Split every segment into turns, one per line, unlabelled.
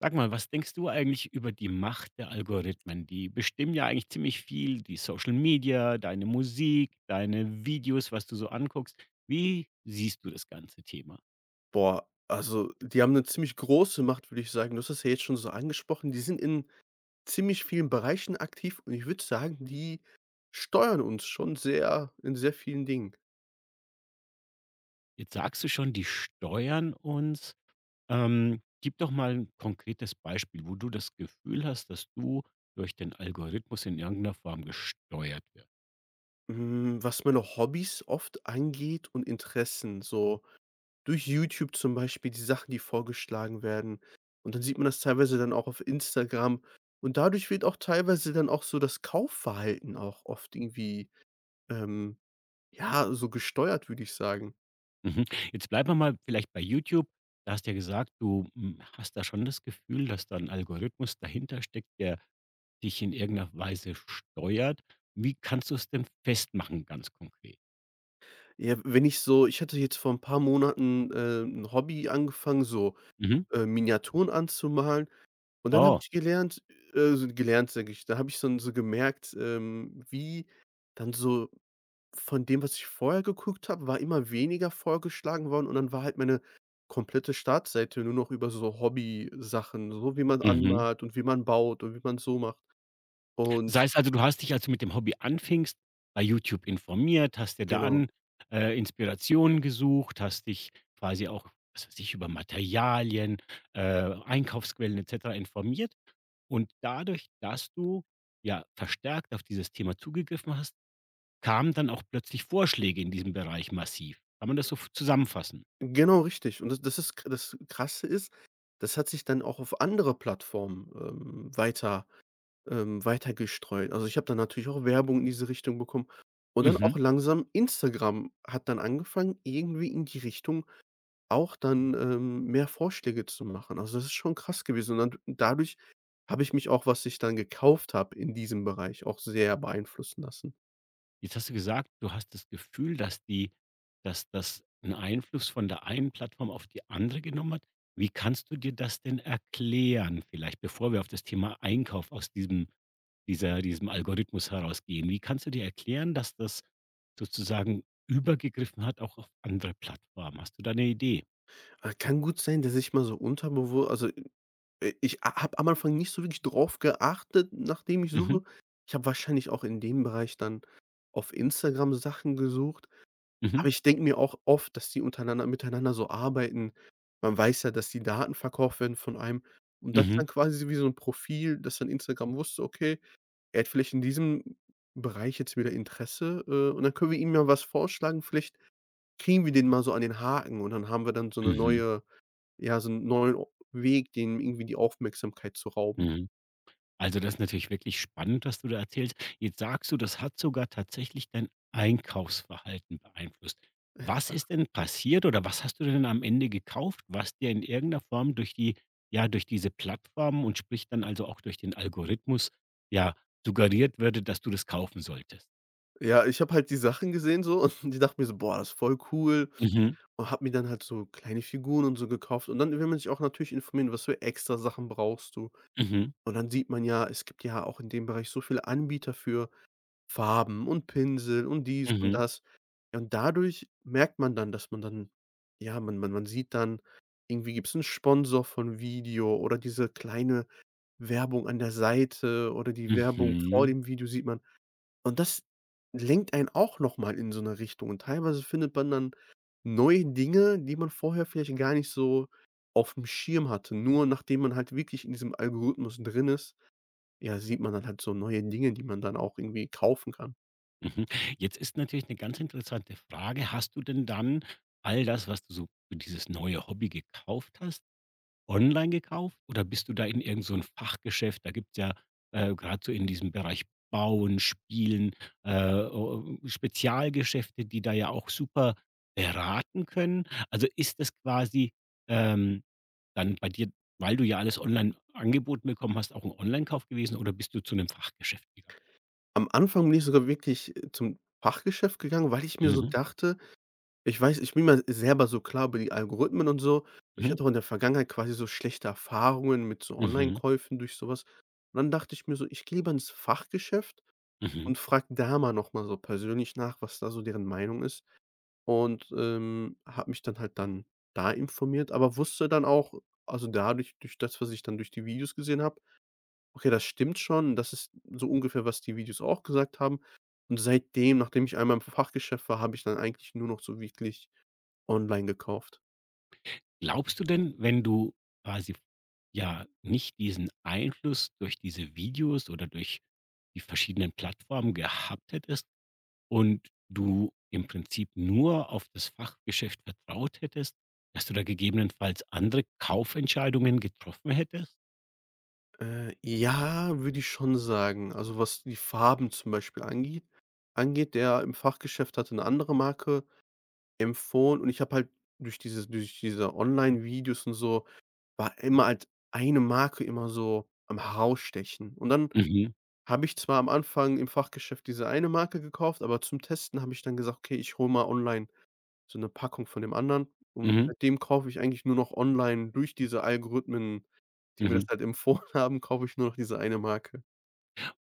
Sag mal, was denkst du eigentlich über die Macht der Algorithmen? Die bestimmen ja eigentlich ziemlich viel, die Social Media, deine Musik, deine Videos, was du so anguckst. Wie siehst du das ganze Thema?
Boah, also die haben eine ziemlich große Macht, würde ich sagen. Du hast das ja jetzt schon so angesprochen. Die sind in ziemlich vielen Bereichen aktiv und ich würde sagen, die steuern uns schon sehr in sehr vielen Dingen.
Jetzt sagst du schon, die steuern uns. Gib doch mal ein konkretes Beispiel, wo du das Gefühl hast, dass du durch den Algorithmus in irgendeiner Form gesteuert wirst.
Hm, was meine Hobbys oft angeht und Interessen, so durch YouTube zum Beispiel die Sachen, die vorgeschlagen werden. Und dann sieht man das teilweise dann auch auf Instagram. Und dadurch wird auch teilweise dann auch so das Kaufverhalten auch oft irgendwie, ähm, ja, so gesteuert, würde ich sagen.
Mhm. Jetzt bleiben wir mal vielleicht bei YouTube. Da hast du ja gesagt, du hast da schon das Gefühl, dass da ein Algorithmus dahinter steckt, der dich in irgendeiner Weise steuert. Wie kannst du es denn festmachen ganz konkret?
Ja, wenn ich hatte jetzt vor ein paar Monaten, 'n Hobby angefangen, so,
Mhm.
Miniaturen anzumalen und dann habe
Oh,
ich gelernt so gelernt, sage ich, da habe ich dann so gemerkt, wie dann so von dem, was ich vorher geguckt habe, war immer weniger vorgeschlagen worden und dann war halt meine komplette Startseite nur noch über so Hobbysachen, so wie man
mhm.
anmalt und wie man baut und wie man so macht
Das
und
heißt also, du hast dich, als du mit dem Hobby anfingst, bei YouTube informiert, hast dir da
genau.
an Inspirationen gesucht, hast dich quasi auch, was weiß ich, über Materialien, äh, Einkaufsquellen et cetera informiert. Und dadurch, dass du ja verstärkt auf dieses Thema zugegriffen hast, kamen dann auch plötzlich Vorschläge in diesem Bereich massiv. Kann man das so f zusammenfassen?
Genau, richtig. Und das ist das Krasse ist, das hat sich dann auch auf andere Plattformen, weiter gestreut. Also, ich habe dann natürlich auch Werbung in diese Richtung bekommen und dann
Mhm.
auch langsam Instagram hat dann angefangen, irgendwie in die Richtung auch dann, mehr Vorschläge zu machen. Also, das ist schon krass gewesen. Und dann dadurch habe ich mich auch, was ich dann gekauft habe in diesem Bereich, auch sehr beeinflussen lassen.
Jetzt hast du gesagt, du hast das Gefühl, dass das einen Einfluss von der einen Plattform auf die andere genommen hat. Wie kannst du dir das denn erklären? Vielleicht, bevor wir auf das Thema Einkauf aus diesem Algorithmus herausgehen. Wie kannst du dir erklären, dass das sozusagen übergegriffen hat, auch auf andere Plattformen? Hast du da eine Idee?
Kann gut sein, dass ich mal so unterbewusst also ich ha habe am Anfang nicht so wirklich drauf geachtet, nachdem ich
Mhm,
suche. Ich habe wahrscheinlich auch in dem Bereich dann auf Instagram Sachen gesucht,
mhm,
aber ich denke mir auch oft, dass die untereinander miteinander so arbeiten. Man weiß ja, dass die Daten verkauft werden von einem und das
mhm,
dann quasi so wie so 'n Profil, dass dann Instagram wusste: „Okay, er hat vielleicht in diesem Bereich jetzt wieder Interesse, und dann können wir ihm ja was vorschlagen. Vielleicht kriegen wir den mal so an den Haken und dann haben wir dann so 'ne
mhm,
neue ja, so 'n neuen Weg, denen irgendwie die Aufmerksamkeit zu rauben.“
mhm. Also, das ist natürlich wirklich spannend, was du da erzählst. Jetzt sagst du, das hat sogar tatsächlich dein Einkaufsverhalten beeinflusst. Was ist denn passiert oder was hast du denn am Ende gekauft, was dir in irgendeiner Form durch die ja, durch diese Plattformen und sprich dann also auch durch den Algorithmus, ja, suggeriert würde, dass du das kaufen solltest?
Ja, ich habe halt die Sachen gesehen so und die dachte mir so: „Boah, das ist voll cool.“
Mhm.
Und habe mir dann halt so kleine Figuren und so gekauft. Und dann will man sich auch natürlich informieren, was für extra Sachen brauchst du?
Mhm.
Und dann sieht man ja, es gibt ja auch in dem Bereich so viele Anbieter für Farben und Pinsel und dies und
Mhm.
das. Ja, und dadurch merkt man dann, dass man dann ja, man sieht dann, irgendwie gibt's 'n Sponsor von Video oder diese kleine Werbung an der Seite oder die Werbung vor
Mhm.
dem Video sieht man. Und das lenkt einen auch noch mal in so eine Richtung und teilweise findet man dann neue Dinge, die man vorher vielleicht gar nicht so auf dem Schirm hatte. Nur nachdem man halt wirklich in diesem Algorithmus drin ist, ja, sieht man dann halt so neue Dinge, die man dann auch irgendwie kaufen kann.
Mhm. Jetzt ist natürlich eine ganz interessante Frage. Hast du denn dann all das, was du so für dieses neue Hobby gekauft hast, online gekauft oder bist du da in irgend so ein Fachgeschäft? Da gibt's ja, grad so in diesem Bereich Bauen, Spielen, äh, o Spezialgeschäfte, die da ja auch super beraten können. Also, ist das quasi, ähm, dann bei dir, weil du ja alles online angeboten bekommen hast, auch ein Online-Kauf gewesen oder bist du zu einem Fachgeschäft gegangen?
Am Anfang bin ich sogar wirklich, zum Fachgeschäft gegangen, weil ich mir so
Mhm.
dachte, ich weiß, ich bin mir selber so klar über die Algorithmen und so. Ich
Mhm.
hatte auch in der Vergangenheit quasi so schlechte Erfahrungen mit so
Mhm.
Online-Käufen durch sowas. Und dann dachte ich mir so: „Ich gehe lieber ins Fachgeschäft.“
Mhm.
Und frag da mal noch mal so persönlich nach, was da so deren Meinung ist und, habe mich dann halt dann da informiert, aber wusste dann auch, also dadurch durch das, was ich dann durch die Videos gesehen habe: „Okay, das stimmt schon, das ist so ungefähr, was die Videos auch gesagt haben.“ Und seitdem, nachdem ich einmal im Fachgeschäft war, habe ich dann eigentlich nur noch so wirklich online gekauft.
Glaubst du denn, wenn du quasi ja nicht diesen Einfluss durch diese Videos oder durch die verschiedenen Plattformen gehabt hättest und du im Prinzip nur auf das Fachgeschäft vertraut hättest, dass du da gegebenenfalls andere Kaufentscheidungen getroffen hättest?
Ja, würde ich schon sagen. Also, was die Farben zum Beispiel angeht, der im Fachgeschäft hatte eine andere Marke empfohlen und ich habe halt durch diese Online-Videos und so war immer halt eine Marke immer so am herausstechen. Und dann
Mhm.
habe ich zwar am Anfang im Fachgeschäft diese eine Marke gekauft, aber zum Testen habe ich dann gesagt: „Okay, ich hole mal online so eine Packung von dem anderen.“ Und
Mhm.
seitdem kaufe ich eigentlich nur noch online durch diese Algorithmen, die mir das
Mhm.
halt empfohlen haben, kaufe ich nur noch diese eine Marke.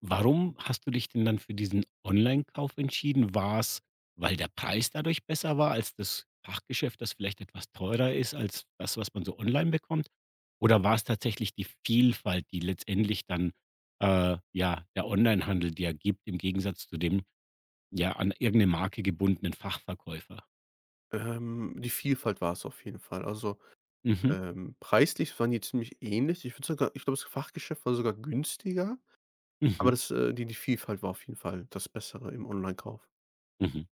Warum hast du dich denn dann für diesen Online-Kauf entschieden? War es, weil der Preis dadurch besser war als das Fachgeschäft, das vielleicht etwas teurer ist als das, was man so online bekommt? Oder war es tatsächlich die Vielfalt, die letztendlich dann, ja, der Online-Handel dir gibt im Gegensatz zu dem, ja, an irgendeine Marke gebundenen Fachverkäufer?
Die Vielfalt war es auf jeden Fall. Also,
Mhm,
preislich waren die ziemlich ähnlich. Ich würde sogar, ich glaube, das Fachgeschäft war sogar günstiger. Aber
mhm,
das die Vielfalt war auf jeden Fall das Bessere im Online-Kauf.
mhm.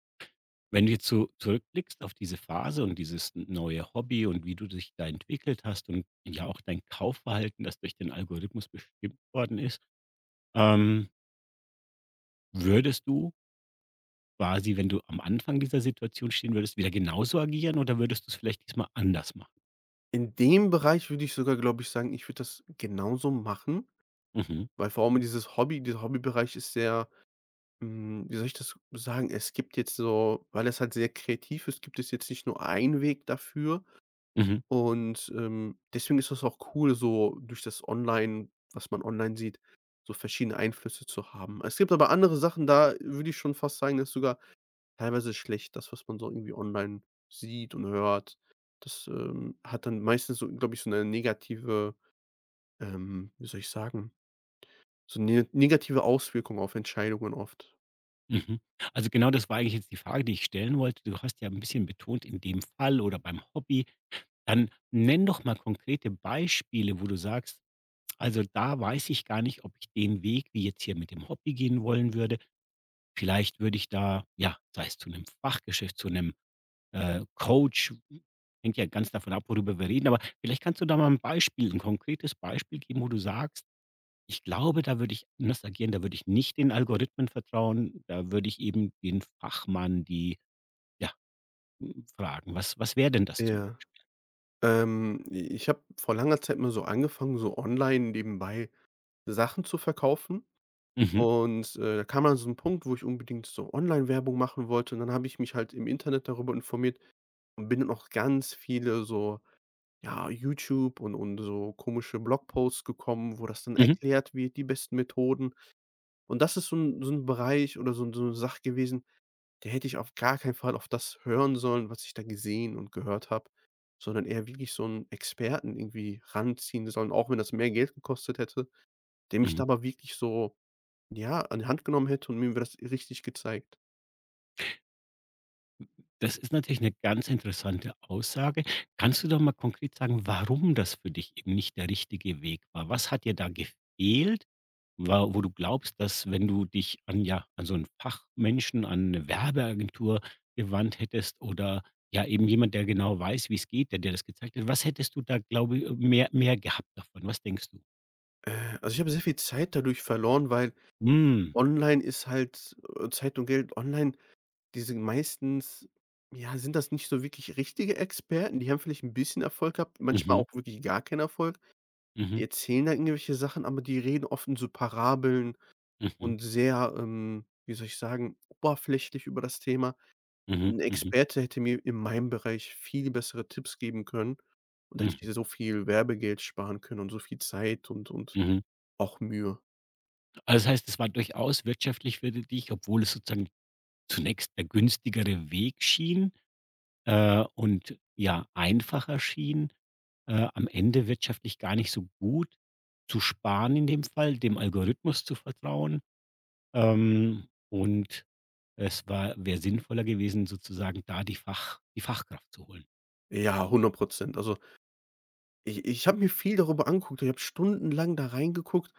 Wenn du jetzt so zurückblickst auf diese Phase und dieses neue Hobby und wie du dich da entwickelt hast und ja auch dein Kaufverhalten, das durch den Algorithmus bestimmt worden ist, ähm, würdest du quasi, wenn du am Anfang dieser Situation stehen würdest, wieder genauso agieren oder würdest du's vielleicht diesmal anders machen?
In dem Bereich würde ich sogar, glaube ich, sagen, ich würde das genauso machen,
Mhm,
weil vor allem dieses Hobby dieser Hobbybereich ist sehr hm, wie soll ich das sagen? Es gibt jetzt so, weil es halt sehr kreativ ist, gibt es jetzt nicht nur einen Weg dafür
mhm,
und, deswegen ist das auch cool, so durch das Online, was man online sieht, so verschiedene Einflüsse zu haben. Es gibt aber andere Sachen, da würde ich schon fast sagen, dass sogar teilweise schlecht, das, was man so irgendwie online sieht und hört. Das, hat dann meistens so, glaube ich, so eine negative, wie soll ich sagen, so eine negative Auswirkung auf Entscheidungen oft.
mhm. Also, genau das war eigentlich jetzt die Frage, die ich stellen wollte. Du hast ja ein bisschen betont, in dem Fall oder beim Hobby. Dann nenn doch mal konkrete Beispiele, wo du sagst: Also da weiß ich gar nicht, ob ich den Weg wie jetzt hier mit dem Hobby gehen wollen würde. Vielleicht würde ich da, ja, sei es zu einem Fachgeschäft, zu einem Coach, hängt ja ganz davon ab, worüber wir reden, aber vielleicht kannst du da mal ein konkretes Beispiel geben, wo du sagst: „Ich glaube, da würde ich anders agieren, da würde ich nicht den Algorithmen vertrauen, da würde ich eben den Fachmann, die ja, hm, fragen.“ Was wäre denn das zum
Ja.
Beispiel?
Ähm, ich habe vor langer Zeit mal so angefangen, so online nebenbei Sachen zu verkaufen.
Mhm.
Und, da kam dann so ein Punkt, wo ich unbedingt so Online-Werbung machen wollte. Und dann habe ich mich halt im Internet darüber informiert und bin dann auf ganz viele so, ja, YouTube und so komische Blogposts gekommen, wo das dann
Mhm.
erklärt wird, die besten Methoden. Und das ist so ein so 'n Bereich oder so 'n so 'ne Sache gewesen, der hätte ich auf gar keinen Fall auf das hören sollen, was ich da gesehen und gehört habe, sondern eher wirklich so einen Experten irgendwie ranziehen sollen, auch wenn das mehr Geld gekostet hätte, der mich da
Mhm.
aber wirklich so, ja, an die Hand genommen hätte und mir das richtig gezeigt.
Das ist natürlich eine ganz interessante Aussage. Kannst du doch mal konkret sagen, warum das für dich eben nicht der richtige Weg war? Was hat dir da gefehlt, wa wo du glaubst, dass wenn du dich an ja, an so 'n Fachmenschen, an eine Werbeagentur gewandt hättest oder ja eben jemand, der genau weiß, wie es geht, der dir das gezeigt hat. Was hättest du da, glaube i mehr gehabt davon? Was denkst du?
Also, ich habe sehr viel Zeit dadurch verloren, weil
Hm.
online ist halt Zeit und Geld online. Die sind meistens, ja, sind das nicht so wirklich richtige Experten, die haben vielleicht ein bisschen Erfolg gehabt, manchmal
Mhm.
auch wirklich gar keinen Erfolg. Die
Mhm.
erzählen da irgendwelche Sachen, aber die reden oft in so Parabeln
Mhm.
und sehr, wie soll ich sagen, oberflächlich über das Thema.
Mhm.
'N
Mhm.
Experte hätte mir in meinem Bereich viel bessere Tipps geben können und da hätte
Mhm.
ich so viel Werbegeld sparen können und so viel Zeit und
Mhm.
auch Mühe.
Also, das heißt, es war durchaus wirtschaftlich für dich, obwohl es sozusagen zunächst der günstigere Weg schien, und ja, einfacher schien, am Ende wirtschaftlich gar nicht so gut zu sparen in dem Fall, dem Algorithmus zu vertrauen. Und es war wäre sinnvoller gewesen, sozusagen da die Fachkraft zu holen.
Ja, 100%. Also, ich habe mir viel darüber angeguckt. Ich habe stundenlang da reingeguckt.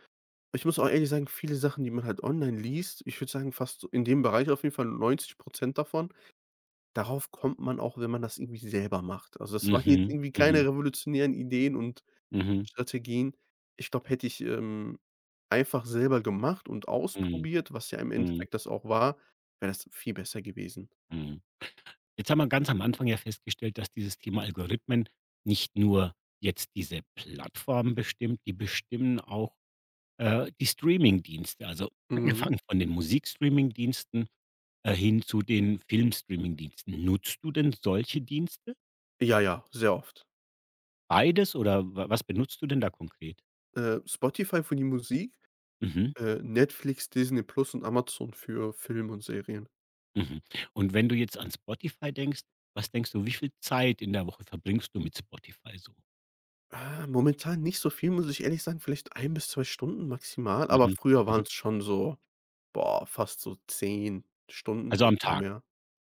Ich muss auch ehrlich sagen, viele Sachen, die man halt online liest, ich würde sagen, fast so in dem Bereich auf jeden Fall 90% davon, darauf kommt man auch, wenn man das irgendwie selber macht. Also, das waren jetzt
Mhm,
irgendwie keine
mhm,
revolutionären Ideen und
mhm,
Strategien. Ich glaube, hätte ich, einfach selber gemacht und
mhm,
ausprobiert, was ja im
mhm,
Endeffekt das auch war, wäre das viel besser gewesen.
mhm. Jetzt haben wir ganz am Anfang ja festgestellt, dass dieses Thema Algorithmen nicht nur jetzt diese Plattformen bestimmt, die bestimmen auch die Streamingdienste, also
Mhm.
angefangen von den Musikstreamingdiensten, hin zu den Filmstreamingdiensten. Nutzt du denn solche Dienste?
Ja, ja, sehr oft.
Beides oder wa was benutzt du denn da konkret?
Spotify für die Musik,
Mhm,
Netflix, Disney Plus und Amazon für Film und Serien.
mhm. Und wenn du jetzt an Spotify denkst, was denkst du, wie viel Zeit in der Woche verbringst du mit Spotify so?
Momentan nicht so viel, muss ich ehrlich sagen, vielleicht 1 bis 2 Stunden maximal, aber
Mhm,
früher waren
mhm.
es schon so, boah, fast so 10 Stunden,
Also am
vielleicht sogar
Tag?
mehr.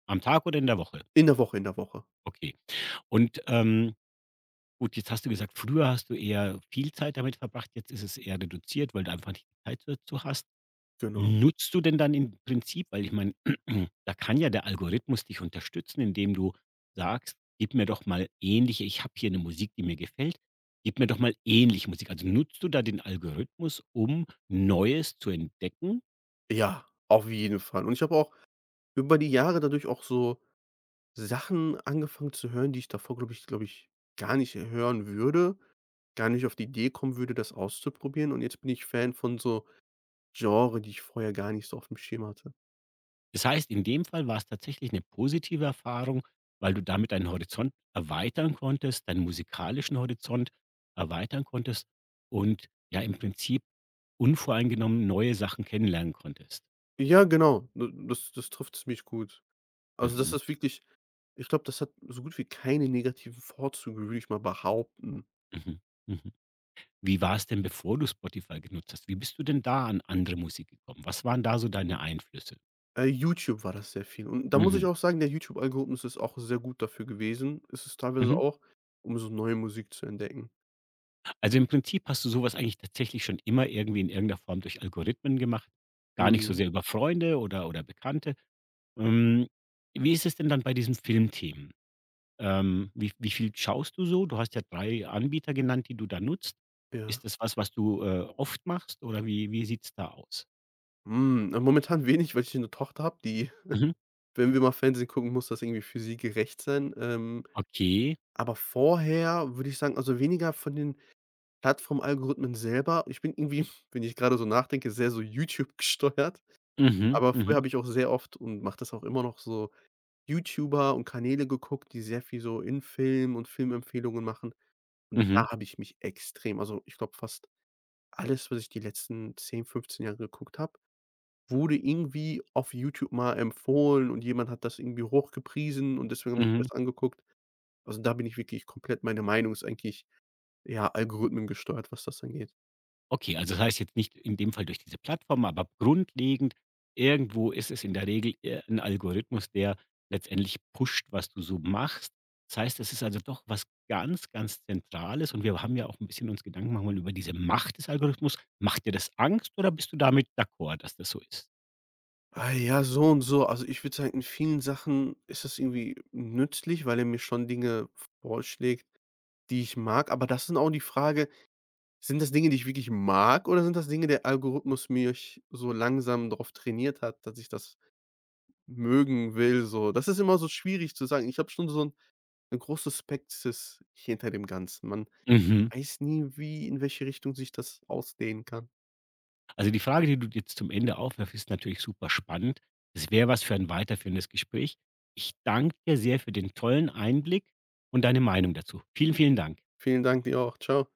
Am Tag oder in der Woche?
In der Woche,
Okay. Und, gut, jetzt hast du gesagt, früher hast du eher viel Zeit damit verbracht, jetzt ist es eher reduziert, weil du einfach nicht die Zeit dazu hast.
genau.
Nutzt du denn dann im Prinzip, weil ich meine, da kann ja der Algorithmus dich unterstützen, indem du sagst: „Gib mir doch mal ähnliche, ich habe hier eine Musik, die mir gefällt. Gib mir doch mal ähnliche Musik.“ Also, nutzt du da den Algorithmus, um Neues zu entdecken?
Ja, auf jeden Fall. Und ich habe auch über die Jahre dadurch auch so Sachen angefangen zu hören, die ich davor, glaube ich, gar nicht hören würde, gar nicht auf die Idee kommen würde, das auszuprobieren. Und jetzt bin ich Fan von so Genre, die ich vorher gar nicht so auf dem Schirm hatte.
Das heißt, in dem Fall war es tatsächlich eine positive Erfahrung, weil du damit deinen Horizont erweitern konntest, deinen musikalischen Horizont erweitern konntest und ja im Prinzip unvoreingenommen neue Sachen kennenlernen konntest.
Ja, genau, d das das trifft ziemlich gut. Also, das
Mhm.
ist wirklich. Ich glaube, das hat so gut wie keine negativen Vorzüge, würde ich mal behaupten.
Mhm, mhm. Wie war's denn, bevor du Spotify genutzt hast? Wie bist du denn da an andere Musik gekommen? Was waren da so deine Einflüsse?
YouTube war das sehr viel. Und da muss ich
Mhm,
auch sagen, der YouTube-Algorithmus ist auch sehr gut dafür gewesen. Ist es teilweise
mhm.
auch, um so neue Musik zu entdecken.
Also, im Prinzip hast du sowas eigentlich tatsächlich schon immer irgendwie in irgendeiner Form durch Algorithmen gemacht, gar nicht so
Mhm.
sehr über Freunde oder Bekannte. Ähm, Wie ist es denn dann bei diesen Filmthemen? Wie viel schaust du so? Du hast ja 3 Anbieter genannt, die du da nutzt.
Ja.
Ist das was, was du, oft machst oder wie sieht's da aus?
Hm, na, momentan wenig, weil ich eine Tochter habe, die,
Mhm,
wenn wir mal Fernsehen gucken, muss das irgendwie für sie gerecht sein.
okay.
Aber vorher würde ich sagen, also, weniger von den Plattform-Algorithmen selber. Ich bin irgendwie, wenn ich gerade so nachdenke, sehr so YouTube gesteuert.
Mhm,
Aber früher
mhm,
habe ich auch sehr oft und mache das auch immer noch so YouTuber und Kanäle geguckt, die sehr viel so in Film und Filmempfehlungen machen. Und
mhm,
da habe ich mich extrem, also, ich glaube, fast alles, was ich die letzten 10, 15 Jahre geguckt habe, wurde irgendwie auf YouTube mal empfohlen und jemand hat das irgendwie hochgepriesen und deswegen habe ich mir
mhm.
das angeguckt. Also, da bin ich wirklich komplett, meine Meinung ist eigentlich, ja, Algorithmen gesteuert, was das angeht.
Okay, also das heißt jetzt nicht in dem Fall durch diese Plattform, aber grundlegend irgendwo ist es in der Regel eher 'n Algorithmus, der letztendlich pusht, was du so machst. Das heißt, es ist also doch was ganz, ganz Zentrales und wir haben ja auch ein bisschen uns Gedanken machen wollen über diese Macht des Algorithmus. Macht dir das Angst oder bist du damit d'accord, dass das so ist?
Ah, ja, so und so. Also, ich würde sagen, in vielen Sachen ist das irgendwie nützlich, weil er mir schon Dinge vorschlägt, die ich mag. Aber das sind auch die Frage: Sind das Dinge, die ich wirklich mag, oder sind das Dinge, der Algorithmus mich so langsam darauf trainiert hat, dass ich das mögen will so? Das ist immer so schwierig zu sagen. Ich habe schon so ein 'ne große Skepsis hinter dem Ganzen. Man
Mhm.
weiß nie, wie in welche Richtung sich das ausdehnen kann.
Also die Frage, die du jetzt zum Ende aufwerfst, ist natürlich super spannend. Das wäre was für ein weiterführendes Gespräch. Ich danke dir sehr für den tollen Einblick und deine Meinung dazu. Vielen, vielen Dank.
Vielen Dank dir auch. Ciao.